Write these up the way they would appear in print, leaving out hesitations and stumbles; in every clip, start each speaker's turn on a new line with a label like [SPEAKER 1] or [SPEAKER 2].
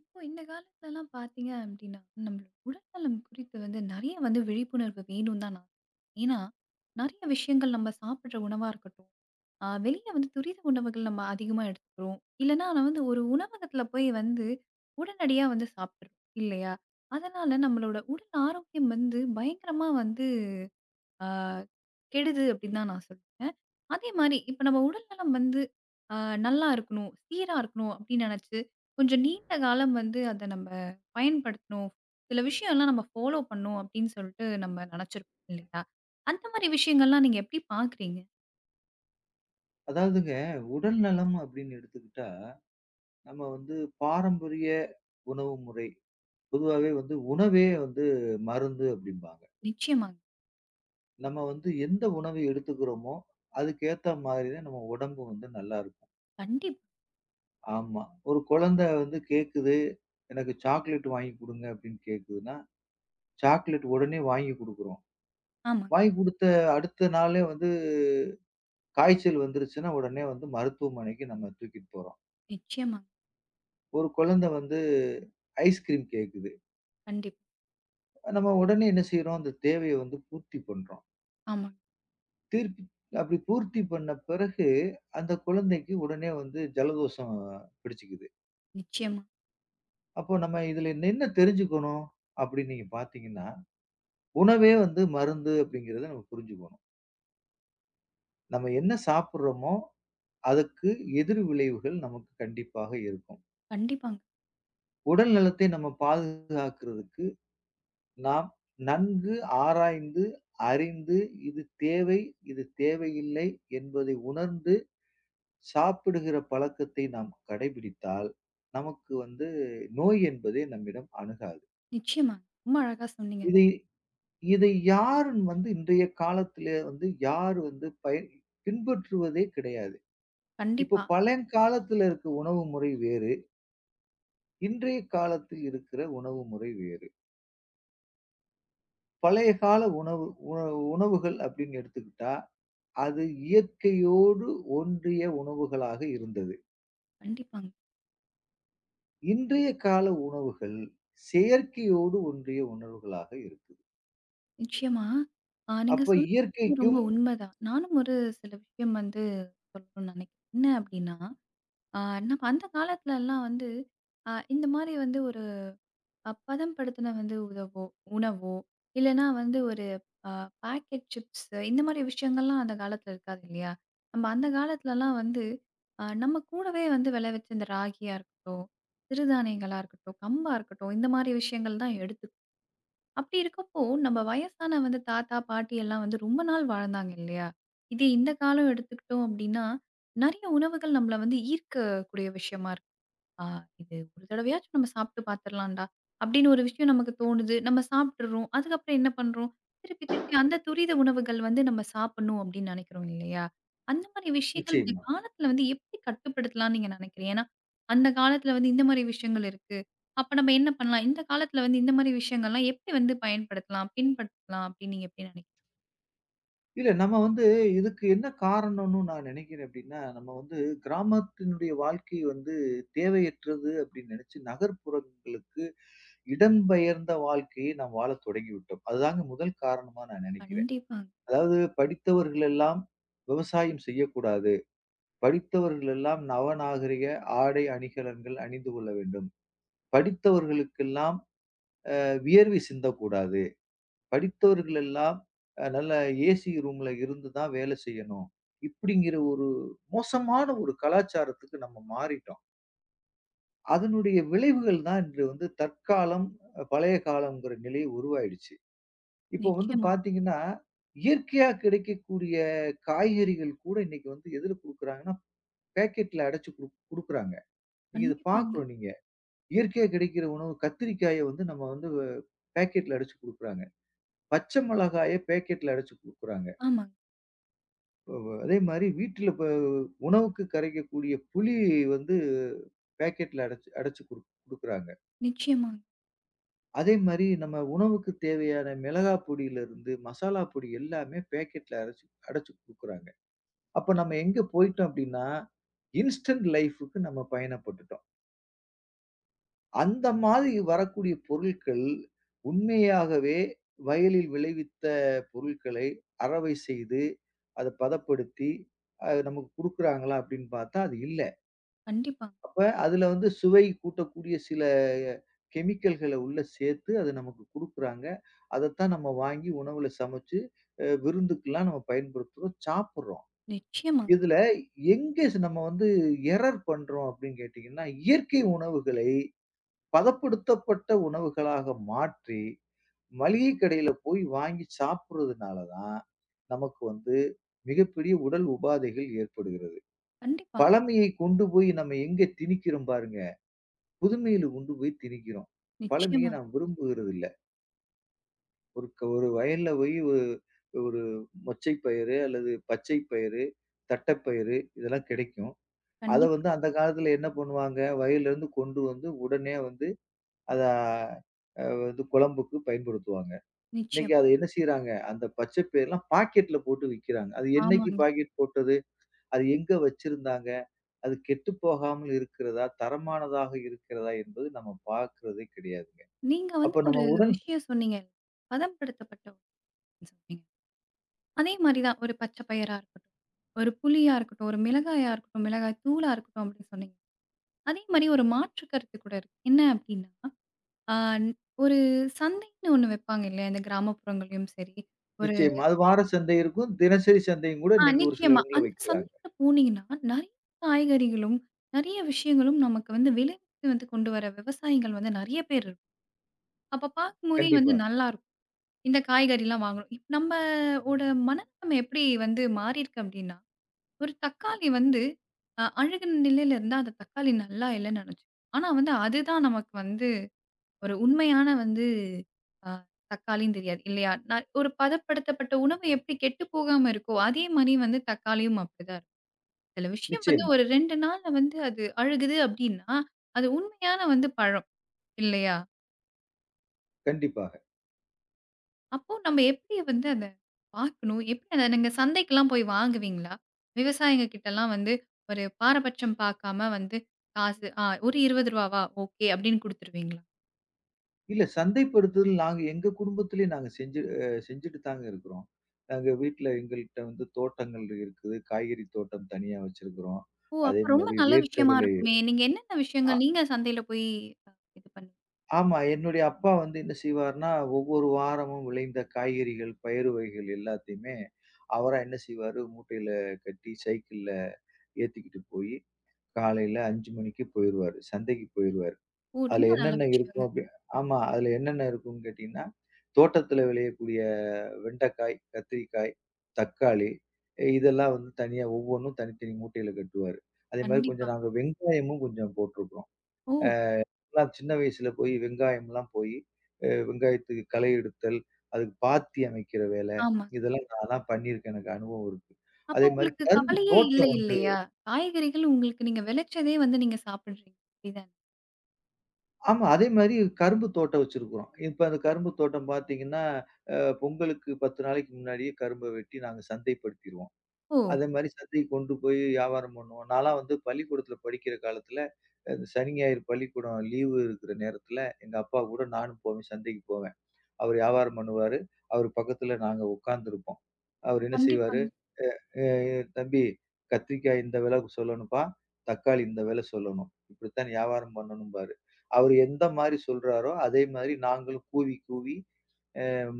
[SPEAKER 1] இப்போ இந்த காலத்துலலாம் பார்த்தீங்க அப்டின்னா, நம்மளோட உடல்நலம் குறித்து வந்து நெறைய வந்து விழிப்புணர்வு வேணும் தான் நான் ஏன்னா, நெறைய விஷயங்கள் நம்ம சாப்பிடுற உணவா இருக்கட்டும், வெளிய வந்து துரித உணவுகள் நம்ம அதிகமா எடுத்துக்கிறோம். இல்லன்னா நான் வந்து ஒரு உணவகத்துல போய் வந்து உடனடியா வந்து சாப்பிட்டுறோம் இல்லையா? அதனால நம்மளோட உடல் ஆரோக்கியம் வந்து பயங்கரமா வந்து அ கெடுது அப்படின்னு தான் நான் சொல்லுவேன். அதே மாரி இப்ப நம்ம உடல்நலம் வந்து அ நல்லா இருக்கணும், சீரா இருக்கணும் அப்படின்னு நெனச்சு, கொஞ்சம் நீண்ட காலம் வந்து அத நம்ம பயன்படுத்தணும். சில விஷயம்லாம் நம்ம ஃபாலோ பண்ணணும் அப்படின்னு சொல்லிட்டு நம்ம நெனச்சிருப்போம் இல்லையா? அந்த மாரி விஷயங்கள்லாம் நீங்க எப்படி பார்க்குறீங்க?
[SPEAKER 2] அதாவதுங்க, உடல் நலம் அப்படின்னு எடுத்துக்கிட்டா, நம்ம பாரம்பரிய உணவு முறை, பொதுவாவே உணவே மருந்து அப்படிம்பாங்க.
[SPEAKER 1] நிச்சயமாங்க.
[SPEAKER 2] நம்ம எந்த உணவு எடுத்துக்கிறோமோ, அதுக்கேத்த மாதிரி தான் நம்ம உடம்பு நல்லாருக்கும்.
[SPEAKER 1] கண்டிப்பா.
[SPEAKER 2] ஆமா. ஒரு குழந்தை கேட்குது, எனக்கு சாக்லேட் வாங்கி குடுங்க அப்படின்னு கேட்குதுன்னா, சாக்லேட் உடனே வாங்கி குடுக்குறோம்.
[SPEAKER 1] ஆமாங்க.
[SPEAKER 2] வாங்கி குடுத்த அடுத்த நாளே காய்ச்சல் வந்துருச்சுன்னா, உடனே மருத்துவமனைக்கு நம்ம தூக்கிட்டு போறோம்.
[SPEAKER 1] நிச்சயமாங்க.
[SPEAKER 2] ஒரு குழந்தை ஐஸ்கிரீம் கேட்குது.
[SPEAKER 1] கண்டிப்பா.
[SPEAKER 2] நம்ம உடனே என்ன செய்றோம்? அந்த தேவைய பூர்த்தி பண்றோம்.
[SPEAKER 1] ஆமாங்க.
[SPEAKER 2] தீர்ப்பி அப்படி பூர்த்தி பண்ண பிறகு, அந்த குழந்தைக்கு உடனே ஜலதோஷம் பிடிச்சுக்குது.
[SPEAKER 1] நிச்சயமா.
[SPEAKER 2] அப்போ நம்ம இதுல என்ன தெரிஞ்சுக்கணும்? அப்படின்னு நீங்க பார்த்தீங்கன்னா, உணவே மருந்து அப்படிங்கிறத நம்ம புரிஞ்சுக்கணும். நம்ம என்ன சாப்பிடுறோமோ, அதுக்கு எதிர் விளைவுகள் நமக்கு கண்டிப்பாக இருக்கும்.
[SPEAKER 1] கண்டிப்பாங்க.
[SPEAKER 2] உடல் நலத்தை நம்ம பாதுகாக்கிறதுக்கு நாம் நன்கு ஆராய்ந்து, அறிந்து, இது தேவை, இது தேவையில்லை என்பதை உணர்ந்து சாப்பிடுகிற பழக்கத்தை நாம் கடைபிடித்தால், நமக்கு நோய் என்பதே நம்மிடம் அணுகாது.
[SPEAKER 1] நிச்சயமாங்க. ரொம்ப அழகா சொன்னீங்க.
[SPEAKER 2] இதை இதை யார் இன்றைய காலத்திலே யார் வந்து பயன் பின்பற்றுவதே கிடையாது. இப்போ
[SPEAKER 1] கண்டிப்பா.
[SPEAKER 2] பழங்காலத்துல இருக்க உணவு முறை வேறு, இன்றைய காலத்தில் இருக்கிற உணவு முறை வேறு. பழைய கால உணவு உண உணவுகள் அப்படின்னு எடுத்துக்கிட்டா, அது இயற்கையோடு ஒன்றிய உணவுகளாக இருந்தது.
[SPEAKER 1] கண்டிப்பாங்க.
[SPEAKER 2] இன்றைய கால உணவுகள் செயற்கையோடு ஒன்றிய உணவுகளாக இருக்குது.
[SPEAKER 1] நிச்சயமா. நீங்க
[SPEAKER 2] அப்ப
[SPEAKER 1] சொன்னது ரொம்ப
[SPEAKER 2] இயற்கைக்கும்
[SPEAKER 1] உண்மைதான். நானும் ஒரு சில விஷயம் வந்து சொல்லணும்னு நினைக்கிறேன். என்ன அப்படின்னா, அ நம்ம அந்த காலத்துலலாம் வந்து இந்த மாரி வந்து ஒரு பதம்படுத்தின வந்து உதவோ, உணவோ இல்லன்னா வந்து ஒரு அ பாக்கெட் சிப்ஸ் இந்த மாரி விஷயங்கள்லாம் அந்த காலத்துல இருக்காது இல்லையா? நம்ம அந்த காலத்துலலாம் வந்து நம்ம கூடவே வந்து விளைவிச்ச இந்த ராகியா இருக்கட்டும், சிறுதானியங்களா இருக்கட்டும், கம்பா இருக்கட்டும் இந்த மாரி விஷயங்கள் தான் எடுத்துப்போம். அப்படி இருக்கப்போ, நம்ம வயசான வந்து தாத்தா, பாட்டி எல்லாம் வந்து ரொம்ப நாள் வாழ்ந்தாங்க இல்லையா? இதே இந்த காலம் எடுத்துக்கிட்டோம் அப்படின்னா, நெறைய உணவுகள் நம்மள வந்து ஈர்க்கக்கூடிய விஷயமா இருக்கு. ஆ இது ஒரு தடவையாச்சும் நம்ம சாப்பிட்டு பார்த்துரலாம்டா, அப்படின்னு ஒரு விஷயம் நமக்கு தோணுது. நம்ம சாப்பிட்டுறோம். அதுக்கப்புறம் என்ன பண்றோம்? திருப்பி திருப்பி அந்த துரித உணவுகள் வந்து நம்ம சாப்பிடணும் அப்படின்னு நெனைக்கிறோம் இல்லையா? அந்த மாரி விஷயங்கள் இந்த
[SPEAKER 2] நிச்சயமா.
[SPEAKER 1] காலத்துல வந்து எப்படி கட்டுப்படுத்தலாம்ன்னு நீங்க நெனைக்கிறீங்க? ஏன்னா, அந்த காலத்துல வந்து இந்த மாரி விஷயங்கள் இருக்கு. அப்ப நம்ம என்ன பண்ணலாம்? இந்த காலத்துல வந்து இந்த மாரி விஷயங்கள்லாம் எப்படி வந்து பயன்படுத்தலாம்? பின்பற்றலாம் அப்படின்னு நீங்க எப்படி நெனைக்கிறீங்க?
[SPEAKER 2] இல்ல நம்ம இதுக்கு என்ன காரணம்னு நான் நினைக்கிறேன் அப்படின்னா, நம்ம கிராமத்தினுடைய வாழ்க்கை தேவையற்றது அப்படின்னு நினைச்சு நகர்ப்புறங்களுக்கு இடம்பெயர்ந்த வாழ்க்கையை நாம் வாழத் தொடங்கிவிட்டோம். அதுதாங்க முதல் காரணமா நான் நினைக்கிறேன்.
[SPEAKER 1] கண்டிப்பாங்க.
[SPEAKER 2] அதாவது படித்தவர்கள் எல்லாம் விவசாயம் செய்யக்கூடாது. படித்தவர்கள் எல்லாம் நவநாகரிக ஆடை, அணிகலன்கள் அணிந்து கொள்ள வேண்டும். படித்தவர்களுக்கெல்லாம் வியர்வை சிந்தக்கூடாது. படித்தவர்கள் எல்லாம் நல்ல ஏசி ரூம்ல இருந்து தான் வேலை செய்யணும். இப்படிங்கிற ஒரு மோசமான ஒரு கலாச்சாரத்துக்கு நம்ம மாறிட்டோம். அதனுடைய விளைவுகள் தான் இன்று தற்காலம், பழைய காலம்ங்கிற நிலை உருவாயிடுச்சு. இப்போ
[SPEAKER 1] நிச்சயமா.
[SPEAKER 2] பார்த்தீங்கன்னா, இயற்கையா கிடைக்கக்கூடிய காய்கறிகள் கூட இன்னைக்கு எதுல குடுக்குறாங்கன்னா, பேக்கெட்ல அடைச்சு குடுக்குறாங்க. நீங்க இத
[SPEAKER 1] கண்டிப்பாங்க.
[SPEAKER 2] பார்க்கணும் நீங்க. இயற்கையா கிடைக்கிற உணவு கத்திரிக்காய நம்ம பேக்கெட்ல அடைச்சு குடுக்குறாங்க. பச்சை மிளகாய பேக்கெட்ல அடைச்சு குடுக்குறாங்க.
[SPEAKER 1] ஆமாங்க.
[SPEAKER 2] அ அதே மாரி வீட்ல இப்ப உணவுக்கு கரைக்கக்கூடிய புளி வந்து பேக்கெட்ல அடைச்சு அடைச்சு குடுக்குறாங்க.
[SPEAKER 1] நிச்சயமாங்க.
[SPEAKER 2] அதே மாரி நம்ம உணவுக்கு தேவையான மிளகா பொடியிலிருந்து, மசாலா பொடி எல்லாமே பேக்கெட்ல அடைச்சு அடைச்சு குடுக்குறாங்க. அப்ப நம்ம எங்க போயிட்டோம் அப்டின்னா, இன்ஸ்டன்ட் லைஃப்க்கு நம்ம பயணப்பட்டுட்டோம். அந்த மாதிரி வரக்கூடிய பொருட்கள், உண்மையாகவே வயலில் விளைவித்த பொருட்களை அரவை செய்து, அத பதப்படுத்தி, அது நமக்கு குடுக்குறாங்களா அப்படின்னு பார்த்தா அது இல்ல.
[SPEAKER 1] கண்டிப்பாங்க.
[SPEAKER 2] அப்ப அதுல சுவை கூட்டக்கூடிய சில கெமிக்கல்கள உள்ள சேர்த்து அது நமக்கு குடுக்குறாங்க. அதத்தான் நம்ம வாங்கி உணவுல சமைச்சு, விருந்துக்குலாம் நம்ம பயன்படுத்துறோம், சாப்பிடுறோம்.
[SPEAKER 1] நிச்சயமாங்க.
[SPEAKER 2] இதுல எங்க நம்ம எரர் பண்றோம் அப்படின்னு கேட்டீங்கன்னா, இயற்கை உணவுகளை பதப்படுத்தப்பட்ட உணவுகளாக மாற்றி, மளிகை கடையில போய் வாங்கி சாப்பிடுறதுனால தான், நமக்கு மிகப்பெரிய உடல் உபாதைகள் ஏற்படுகிறது.
[SPEAKER 1] கண்டிப்பாங்க.
[SPEAKER 2] பழமையை கொண்டு போய் நம்ம எங்க திணிக்கிறோம் பாருங்க. புதுமையில கொண்டு போய் திணிக்கிறோம். பழமைய
[SPEAKER 1] நிச்சயமாங்க.
[SPEAKER 2] நான் விரும்புகிறது இல்ல. ஒரு வயல்ல போய் ஒரு ஒரு மொச்சை பயிறு அல்லது பச்சை பயிறு, தட்டப்பயிறு இதெல்லாம் கிடைக்கும். அத
[SPEAKER 1] கண்டிப்பா.
[SPEAKER 2] அந்த காலத்துல என்ன பண்ணுவாங்க, வயல்ல இருந்து கொண்டு வந்து உடனே அத அ வந்து குழம்புக்கு பயன்படுத்துவாங்க. இன்னைக்கு
[SPEAKER 1] நிச்சயம்.
[SPEAKER 2] அத என்ன செய்றாங்க, அந்த பச்சை பயிரெல்லாம் பாக்கெட்ல போட்டு விக்கிறாங்க. அது என்னைக்கு
[SPEAKER 1] ஆமாங்க.
[SPEAKER 2] பாக்கெட் போட்டது? அது எங்க வச்சிருந்தாங்க? அது கெட்டுப் போகாமல் இருக்கிறதா? தரமானதாக இருக்கிறதா? என்பது நம்ம பார்க்கிறதே கிடையாதுங்க.
[SPEAKER 1] நீங்க வந்து
[SPEAKER 2] அப்ப
[SPEAKER 1] ஒரு
[SPEAKER 2] நம்ம உடல்
[SPEAKER 1] விஷயம் சொன்னீங்க. பதப்படுத்தப்பட்ட உணவுன்னு சொன்னீங்க. அதே மாரி தான் ஒரு பச்சை பயிரா இருக்கட்டும், ஒரு புளியா இருக்கட்டும், ஒரு மிளகாயா இருக்கட்டும், மிளகாய் தூளா இருக்கட்டும் அப்படின்னு சொன்னீங்க. அதே மாரி ஒரு மாற்று கருத்து கூட இருக்கு. என்ன அப்படின்னா, ஆ ஒரு சந்தைன்னு ஒண்ணு வைப்பாங்க இல்லையா? இந்த கிராமப்புறங்கள்லயும் சரி, ஒரு
[SPEAKER 2] நிச்சயமா. அது வார சந்தை இருக்கும். தினசரி சந்தையும் கூட
[SPEAKER 1] ஆ
[SPEAKER 2] இன்னைக்கு ஒரு சில
[SPEAKER 1] நிச்சயமா.
[SPEAKER 2] இடங்கள்ல
[SPEAKER 1] அந்த
[SPEAKER 2] வைக்கிறாங்க.
[SPEAKER 1] சந்தைக்கு போனீங்கன்னா, நெறைய காய்கறிகளும், நெறைய விஷயங்களும் நமக்கு வந்து விளைவித்து வந்து கொண்டு வர விவசாயிகள் வந்து நெறைய பேர் அப்ப பார்க்கும்போதே வந்து
[SPEAKER 2] கண்டிப்பா.
[SPEAKER 1] நல்லாருக்கும். இந்த காய்கறிலாம் வாங்குறோம். நம்ம ஓட மனநிலைமை எப்படி வந்து மாறியிருக்கு அப்படின்னா, ஒரு தக்காளி வந்து அழுகுன நிலையில இருந்தா, அந்த தக்காளி நல்லா இல்லன்னு நெனச்சுப்போம். ஆனா வந்து அதுதான் நமக்கு வந்து ஒரு உண்மையான வந்து அ தக்காளின்னு தெரியாது இல்லையா? நான் ஒரு பதப்படுத்தப்பட்ட உணவு எப்படி கெட்டு போகாம இருக்கோ, அதே மாரி வந்து தக்காளியும் அப்படிதான் இருக்கும். சில விஷயம் வந்து
[SPEAKER 2] நிச்சயமா.
[SPEAKER 1] ஒரு 2 நாள்ல வந்து அது அழுகுது அப்படின்னா, அது உண்மையான வந்து பழம் இல்லையா?
[SPEAKER 2] கண்டிப்பாக.
[SPEAKER 1] அப்போ நம்ம எப்படி வந்து அத பார்க்கணும்? எப்படி அத நீங்க சந்தைக்கெல்லாம் போய் வாங்குவீங்களா? விவசாயிங்க கிட்டலாம் வந்து ஒரு பாரபட்சம் பார்க்காம வந்து காசு ஒரு ரூ. 20வா ஓகே அப்படின்னு குடுத்துருவீங்களா?
[SPEAKER 2] இல்ல சந்தைப்படுத்துதல் நாங்க எங்க குடும்பத்திலயும் நாங்க செஞ்சு செஞ்சுட்டு தாங்க இருக்கிறோம். நாங்க வீட்ல எங்கள்ட்ட தோட்டங்கள் இருக்குது. காய்கறி தோட்டம் தனியா வச்சிருக்கிறோம்.
[SPEAKER 1] ஓ!
[SPEAKER 2] அதே
[SPEAKER 1] அப்ப ரொம்ப
[SPEAKER 2] மாரி
[SPEAKER 1] நல்ல விஷயமா
[SPEAKER 2] வேர்க்கடலை
[SPEAKER 1] இருக்குமே! நீங்க என்னென்ன
[SPEAKER 2] ஆ
[SPEAKER 1] விஷயங்கள் நீங்க சந்தையில போய் இது பண்ணி
[SPEAKER 2] ஆமா. என்னுடைய அப்பா என்ன செய்வார்ன்னா, ஒவ்வொரு வாரமும் விளைந்த காய்கறிகள், பயறு வகைகள் எல்லாத்தையுமே அவரா என்ன செய்வாரு, மூட்டையில கட்டி சைக்கிள்ல ஏத்திக்கிட்டு போயி, காலையில 5 மணிக்கு போயிருவாரு. சந்தைக்கு போயிருவாரு.
[SPEAKER 1] ஓ! ரொம்ப
[SPEAKER 2] அதுல
[SPEAKER 1] நல்ல
[SPEAKER 2] என்னென்ன
[SPEAKER 1] விஷயங்க.
[SPEAKER 2] இருக்கும் அப்படி ஆமா. அதுல என்னென்ன இருக்கும்னு கேட்டீங்கன்னா, தோட்டத்துல விளையக்கூடிய வெண்டைக்காய், கத்திரிக்காய், தக்காளி இதெல்லாம் தனியா ஒவ்வொன்னும் தனித்தனி மூட்டையில கட்டுவாரு. அதே மாரி
[SPEAKER 1] கண்டிப்பா.
[SPEAKER 2] கொஞ்சம் நாங்க வெங்காயமும் கொஞ்சம் போட்டிருக்கிறோம்.
[SPEAKER 1] ஓ!
[SPEAKER 2] நான் சின்ன வயசுல போய் வெங்காயம்லாம் போய் வெங்காயத்துக்கு களை எடுத்தல், அதுக்கு பாத்தி அமைக்கிற வேலை,
[SPEAKER 1] ஆமா.
[SPEAKER 2] இதெல்லாம் நான்லாம் பண்ணியிருக்கேன். எனக்கு அனுபவம் இருக்கு.
[SPEAKER 1] அப்போ
[SPEAKER 2] அதே மாரி
[SPEAKER 1] உங்களுக்கு
[SPEAKER 2] கரும்பு
[SPEAKER 1] கவலையே இல்ல
[SPEAKER 2] தோட்டம்
[SPEAKER 1] இல்லையா? காய்கறிகள் உங்களுக்கு நீங்க விளைச்சதே வந்து நீங்க சாப்பிடுறீங்க. அப்படிதானே?
[SPEAKER 2] ஆமா. அதே மாரி கரும்பு தோட்டம் வச்சிருக்கிறோம். இப்ப அந்த கரும்பு தோட்டம் பார்த்தீங்கன்னா, அ பொங்கலுக்கு 10 நாளைக்கு முன்னாடியே கரும்ப வெட்டி நாங்க சந்தைப்படுத்திருவோம்.
[SPEAKER 1] ஓ!
[SPEAKER 2] அதே மாரி சந்தைக்கு கொண்டு போய் வியாபாரம் பண்ணுவோம். நான்லாம் பள்ளிக்கூடத்துல படிக்கிற காலத்துல, இந்த சனி, ஞாயிறு பள்ளிக்கூடம் லீவு இருக்கிற நேரத்துல, எங்க அப்பா கூட நானும் போவேன், சந்தைக்கு போவேன். அவரு வியாபாரம் பண்ணுவாரு. அவரு பக்கத்துல நாங்க உட்கார்ந்துருப்போம். அவரு என்ன
[SPEAKER 1] கண்டிப்பா.
[SPEAKER 2] செய்வாரு, "ஏ தம்பி கத்திரிக்காய் இந்த விலை சொல்லணும்ப்பா, தக்காளி இந்த விலை சொல்லணும். இப்படித்தான் வியாபாரம் பண்ணணும்பாரு." அவரு எந்த மாரி சொல்றாரோ, அதே மாரி நாங்களும் கூவி கூவி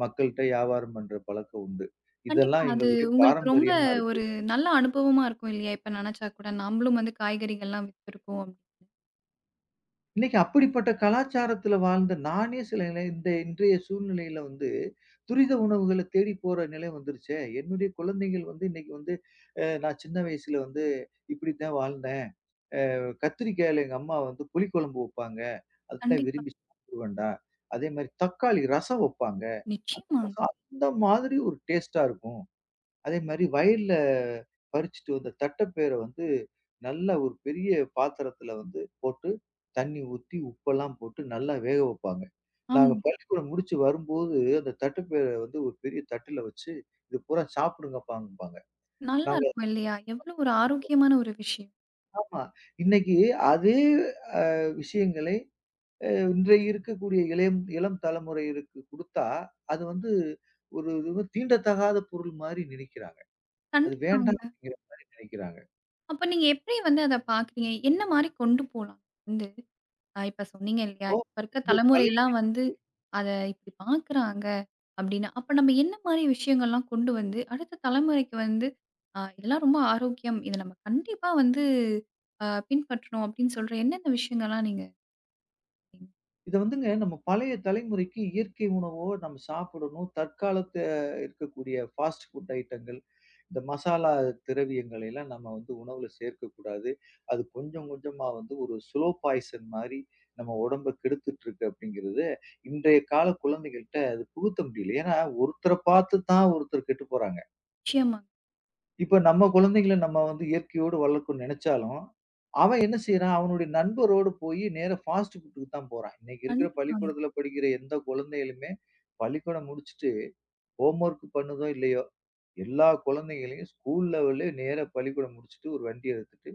[SPEAKER 2] மக்கள்ட்ட வியாபாரம் பண்ற பழக்கம் உண்டு.
[SPEAKER 1] கண்டிப்பா.
[SPEAKER 2] இதெல்லாம்
[SPEAKER 1] அது
[SPEAKER 2] எங்களுடைய
[SPEAKER 1] உங்களுக்கு ரொம்ப
[SPEAKER 2] பாரம்பரியமா இருக்கு.
[SPEAKER 1] ஒரு நல்ல அனுபவமா இருக்கும் இல்லையா? இப்ப நெனச்சா கூட, நாமளும் வந்து காய்கறிகள்லாம் வித்துருக்கோம் அப்டி.
[SPEAKER 2] இன்னைக்கு அப்படிப்பட்ட கலாச்சாரத்துல வாழ்ந்த நானே சில நிலை இந்த இன்றைய சூழ்நிலையில துரித உணவுகளை தேடி போற நிலை வந்துருச்சே. என்னுடைய குழந்தைகள் இன்னைக்கு நான் சின்ன வயசுல இப்படித்தான் வாழ்ந்தேன். கத்திரிக்காயில எங்க அம்மா புளிக்குழம்பு வைப்பாங்க. அதுதான்
[SPEAKER 1] கண்டிப்பா.
[SPEAKER 2] விரும்பி சாப்பிடுவேன்டா. அதே மாரி தக்காளி ரசம் வைப்பாங்க.
[SPEAKER 1] நிச்சயமாங்க.
[SPEAKER 2] ரசம் அந்த மாதிரி ஒரு டேஸ்ட்டா இருக்கும். அதே மாரி வயல்ல பறிச்சுட்டு வந்த தட்டப்பயிர நல்ல ஒரு பெரிய பாத்திரத்துல போட்டு, தண்ணீ ஊத்தி, உப்பெல்லாம் போட்டு நல்லா வேக வைப்பாங்க.
[SPEAKER 1] ஆமா.
[SPEAKER 2] நாங்க பள்ளிக்கூடம் முடிச்சு வரும்போது, அந்த தட்டுப்பை ஒரு பெரிய தட்டுல வச்சு, "இது பூரா சாப்பிடுங்கப்பாம்பாங்க."
[SPEAKER 1] நல்லா
[SPEAKER 2] நாங்க
[SPEAKER 1] இருக்கும் இல்லையா? எவ்ளோ ஒரு ஆரோக்கியமான ஒரு விஷயம்.
[SPEAKER 2] ஆமா. இன்னைக்கு அதே விஷயங்களை இன்றைய இருக்கக்கூடிய இளம் தலைமுறையினருக்கு குடுத்தா, அது ஒரு இது தீண்டத்தகாத பொருள் மாரி நினைக்கிறாங்க. அது வேண்டாம்
[SPEAKER 1] கண்டிப்பாங்க.
[SPEAKER 2] அப்படிங்கிற மாரி நினைக்கிறாங்க.
[SPEAKER 1] அப்ப நீங்க எப்டி வந்து அத பாக்குறீங்க? என்ன மாரி கொண்டு போலாம் வந்து? இப்ப சொன்னீங்க இல்லையா?
[SPEAKER 2] இப்போ
[SPEAKER 1] இப்ப இருக்க
[SPEAKER 2] வந்து பழைய
[SPEAKER 1] தலைமுறைலாம் வந்து அத இப்படி பார்க்குறாங்க அப்படின்னு. அப்ப நம்ம என்ன மாரி விஷயங்கள்லாம் கொண்டு வந்து அடுத்த தலைமுறைக்கு வந்து, இதெல்லாம் ரொம்ப ஆரோக்கியம். இத நம்ம கண்டிப்பா வந்து பின்பற்றணும் அப்படின்னு சொல்ற என்னென்ன விஷயங்கள்லாம் நீங்க சொல்றீங்க?
[SPEAKER 2] இத வந்துங்க நம்ம பழைய தலைமுறைக்கு இயற்கை உணவோ நம்ம சாப்பிடணும். தற்காலத்து இருக்கக்கூடிய ஃபாஸ்ட் ஃபுட் ஐட்டங்கள், இந்த மசாலா திரவியங்களை எல்லாம் நம்ம உணவுல சேர்க்கக்கூடாது. அது கொஞ்சம் கொஞ்சமா ஒரு ஸ்லோ பாய்சன் மாரி நம்ம உடம்ப கெடுத்துட்டு இருக்கு அப்படிங்கிறது, இன்றைய கால குழந்தைகள்ட்ட அது புகுத்த முடியல. ஏன்னா, ஒருத்தர பார்த்து தான் ஒருத்தர் கெட்டு போறாங்க.
[SPEAKER 1] நிச்சயமா.
[SPEAKER 2] இப்ப நம்ம குழந்தைங்கள நம்ம இயற்கையோடு வளர்க்கணும்னு நெனச்சாலும், அவன் என்ன செய்றான்? அவனுடைய நண்பரோடு போயி நேரா ஃபாஸ்ட் ஃபுட்டுக்கு தான் போறான். இன்னைக்கு இருக்கிற
[SPEAKER 1] கண்டிப்பாங்க.
[SPEAKER 2] பள்ளிக்கூடத்துல படிக்கிற எந்த குழந்தைகளுமே, பள்ளிக்கூடம் முடிச்சுட்டு ஹோம்வொர்க் பண்ணுதோ! இல்லையோ! எல்லா குழந்தைங்களையும் ஸ்கூல் லெவல்லே நேரா பள்ளிக்கூடம் முடிச்சுட்டு ஒரு வண்டிய எடுத்துட்டு,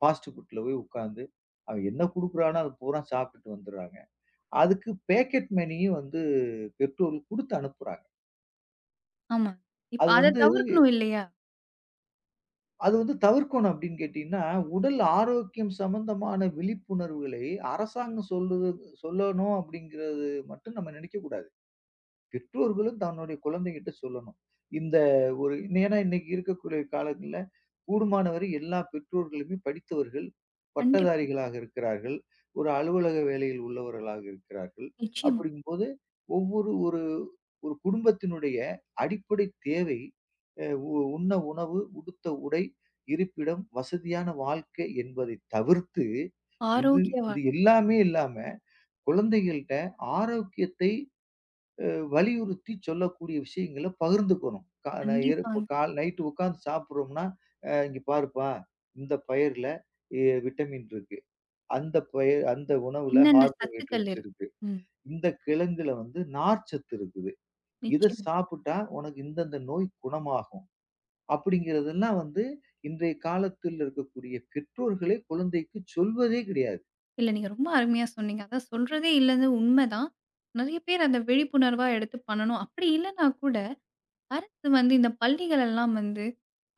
[SPEAKER 2] ஃபாஸ்ட் ஃபுட்ல போய் உட்கார்ந்து, அவன் என்ன குடுக்குறானோ! அது பூரா சாப்பிட்டுட்டு வந்துர்றாங்க. அதுக்கு பேக்கெட் மணியும் பெற்றோர்கள் குடுத்து அனுப்புறாங்க.
[SPEAKER 1] ஆமா. இப்ப
[SPEAKER 2] அது
[SPEAKER 1] அத
[SPEAKER 2] வந்து
[SPEAKER 1] தவிர்க்கணும் இல்லையா?
[SPEAKER 2] அது தவிர்க்கணும் அப்படின்னு கேட்டீங்கன்னா, உடல் ஆரோக்கியம் சம்மந்தமான விழிப்புணர்வுகளை அரசாங்கம் சொல்லணும் அப்படிங்கிறது மட்டும் நம்ம நினைக்கக்கூடாது. பெற்றோர்களும் தன்னுடைய குழந்தைகிட்ட சொல்லணும். இந்த ஒரு ஏன்னா இன்னைக்கு இருக்கக்கூடிய கால கூடுமானவரை எல்லா பெற்றோர்களுமே படித்தவர்கள்,
[SPEAKER 1] கண்டிப்பா.
[SPEAKER 2] பட்டதாரிகளாக இருக்கிறார்கள். ஒரு அலுவலக வேலையில் உள்ளவர்களாக இருக்கிறார்கள்.
[SPEAKER 1] நிச்சயமா.
[SPEAKER 2] அப்படிங்கும்போது ஒவ்வொரு ஒரு ஒரு குடும்பத்தினுடைய அடிப்படை தேவை அ உ உண்ண உணவு, உடுத்த உடை, இருப்பிடம், வசதியான வாழ்க்கை என்பதை தவிர்த்து, இது
[SPEAKER 1] ஆரோக்கிய
[SPEAKER 2] இது
[SPEAKER 1] வாழ்
[SPEAKER 2] எல்லாமே இல்லாம குழந்தைகள்ட்ட ஆரோக்கியத்தை வலியுறுத்தி சொல்லக்கூடிய விஷயங்கள பகிர்ந்துக்கணும். கா ந இரு இப்ப
[SPEAKER 1] கண்டிப்பாங்க.
[SPEAKER 2] கால் நைட்டு உட்காந்து சாப்பிடுறோம்னா, "இங்க பாருப்பா, இந்த பயிர்ல விட்டமின் இருக்கு. அந்த பயிர் அந்த உணவுல
[SPEAKER 1] என்னென்ன சத்துக்கள்
[SPEAKER 2] கார்போஹைட்ரேட்ஸ்
[SPEAKER 1] இருக்கு?
[SPEAKER 2] இருக்கு.
[SPEAKER 1] ம்.
[SPEAKER 2] இந்த கிழங்குல நார்ச்சத்து இருக்குது. இத
[SPEAKER 1] நிச்சயமா.
[SPEAKER 2] சாப்பிட்டா உனக்கு இந்தந்த நோய் குணமாகும்." அப்படிங்கிறதெல்லாம் இன்றைய காலத்தில் இருக்கக்கூடிய பெற்றோர்களே குழந்தைக்கு சொல்வதே கிடையாது.
[SPEAKER 1] இல்ல. நீங்க ரொம்ப அருமையா சொன்னீங்க. அதான் சொல்றதே இல்லன்னு உண்மதான். நெறைய பேர் அத விழிப்புணர்வா எடுத்து பண்ணணும். அப்படி இல்லன்னா கூட, அரசு வந்து இந்த பள்ளிகள் எல்லாம் வந்து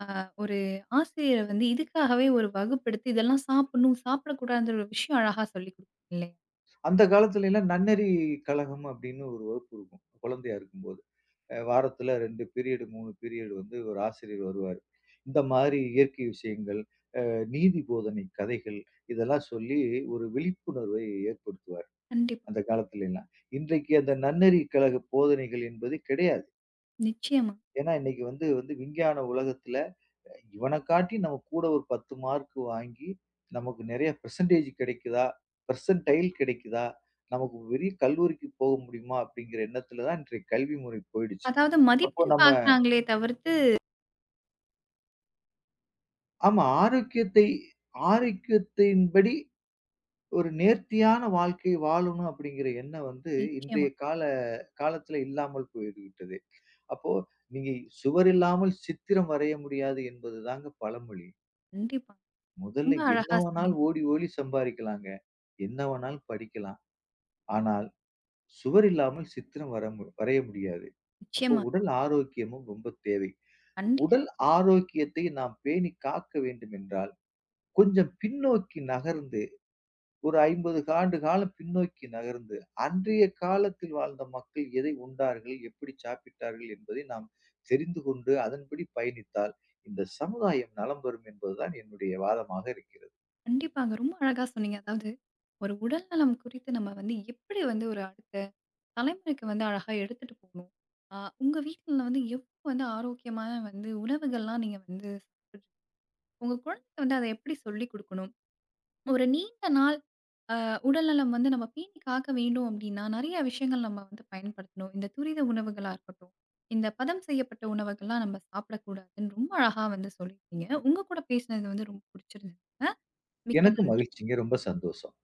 [SPEAKER 1] அ ஒரு ஆசிரியர் வந்து இதுக்காகவே ஒரு வகுப்பெடுத்து, இதெல்லாம் சாப்பிடணும், சாப்பிடக்கூடாதுன்ற ஒரு விஷயம் அழகா சொல்லிக் குடுக்கும் இல்லையா?
[SPEAKER 2] அந்த காலத்துல எல்லாம் நன்னெறி கழகம் அப்படின்னு ஒரு வகுப்பு இருக்கும். குழந்தையா இருக்கும்போது. வாரத்துல 2 பீரியடு, 3 பீரியடு ஒரு ஆசிரியர் வருவாரு. இந்த மாதிரி இயற்கை விஷயங்கள், நீதி போதனை கதைகள் இதெல்லாம் சொல்லி ஒரு விழிப்புணர்வை ஏற்படுத்துவார்.
[SPEAKER 1] கண்டிப்பா.
[SPEAKER 2] அந்த காலத்துல எல்லாம். இன்றைக்கு அந்த நன்னெறி கழக போதனைகள் என்பது கிடையாது.
[SPEAKER 1] நிச்சயமா.
[SPEAKER 2] ஏன்னா இன்னைக்கு வந்து வந்து விஞ்ஞான உலகத்துல இவன காட்டி நம்ம கூட ஒரு 10 மார்க் வாங்கி, நமக்கு நெறைய பெர்சென்டேஜ் கிடைக்குதா? பெர்சென்டைல் கிடைக்குதா? நமக்கு பெரிய கல்லூரிக்கு போக முடியுமா? அப்படிங்கிற எண்ணத்துல தான் இன்றைய கல்வி முறை போயிடுச்சு.
[SPEAKER 1] அதாவது
[SPEAKER 2] அப்போ
[SPEAKER 1] மதிப்பெண்
[SPEAKER 2] நம்ம
[SPEAKER 1] பார்க்குறாங்களே தவிர்த்து
[SPEAKER 2] ஆமா ஆரோக்கியத்தை ஆரோக்கியத்தின்படி ஒரு நேர்த்தியான வாழ்க்கை வாழணும் அப்படிங்கிற எண்ணம் இன்றைய
[SPEAKER 1] நிச்சயமா.
[SPEAKER 2] கால காலத்துல இல்லாமல் போய்விட்டது. அப்போ நீங்க சுவர் இல்லாமல் சித்திரம் வரைய முடியாது என்பது தாங்க பழமொழி.
[SPEAKER 1] கண்டிப்பா.
[SPEAKER 2] முதல்ல
[SPEAKER 1] ரொம்ப
[SPEAKER 2] என்ன
[SPEAKER 1] அழகா
[SPEAKER 2] வேணாலும்
[SPEAKER 1] சொன்னீங்க.
[SPEAKER 2] ஓடி ஓடி சம்பாரிக்கலாங்க. என்ன வேணாலும் படிக்கலாம். ஆனால் சுவர் இல்லாமல் சித்திரம் வர மு வரைய முடியாது. அப்போ
[SPEAKER 1] நிச்சயமா.
[SPEAKER 2] உடல் ஆரோக்கியமும் ரொம்ப தேவை.
[SPEAKER 1] கண்டிப்பா,
[SPEAKER 2] உடல் ஆரோக்கியத்தை நாம் பேணி காக்க வேண்டும் என்றால், கொஞ்சம் பின்னோக்கி நகர்ந்து, ஒரு 50 ஆண்டு காலம் பின்னோக்கி நகர்ந்து, அன்றைய காலத்தில் வாழ்ந்த மக்கள் எதை உண்டார்கள்? எப்படி சாப்பிட்டார்கள்? என்பதை நாம் தெரிந்து கொண்டு, அதன்படி பயணித்தால், இந்த சமுதாயம் நலம் பெறும் என்பதுதான் என்னுடைய வாதமாக இருக்கிறது.
[SPEAKER 1] கண்டிப்பாங்க. ரொம்ப அழகா சொன்னீங்க. அதாவது ஒரு உடல் நலம் குறித்து நம்ம வந்து எப்படி வந்து ஒரு அடுத்த தலைமுறைக்கு வந்து அழகா எடுத்துட்டு போணும். ஆ உங்க வீட்ல வந்து எவ்ளோ வந்து ஆரோக்கியமான வந்து உணவுகள்லாம் நீங்க வந்து சாப்பிட்றீங்க? உங்க குழந்தைக்கு வந்து அத எப்படி சொல்லிக் குடுக்கணும்? ஒரு நீண்ட நாள் அ உடல்நலம் வந்து நம்ம பேணி காக்க வேண்டும் அப்டின்னா, நெறைய விஷயங்கள் நம்ம வந்து பயன்படுத்தணும். இந்த துரித உணவுகளா இருக்கட்டும், இந்த பதம் செய்யப்பட்ட உணவுகள்லாம் நம்ம சாப்பிடக்கூடாதுன்னு ரொம்ப அழகா வந்து சொல்லியிருக்கீங்க. உங்க கூட பேசினது வந்து ரொம்ப பிடிச்சிருந்ததுங்க. மிக்க
[SPEAKER 2] எனக்கு
[SPEAKER 1] நன்றி.
[SPEAKER 2] மகிழ்ச்சிங்க. ரொம்ப சந்தோஷம்.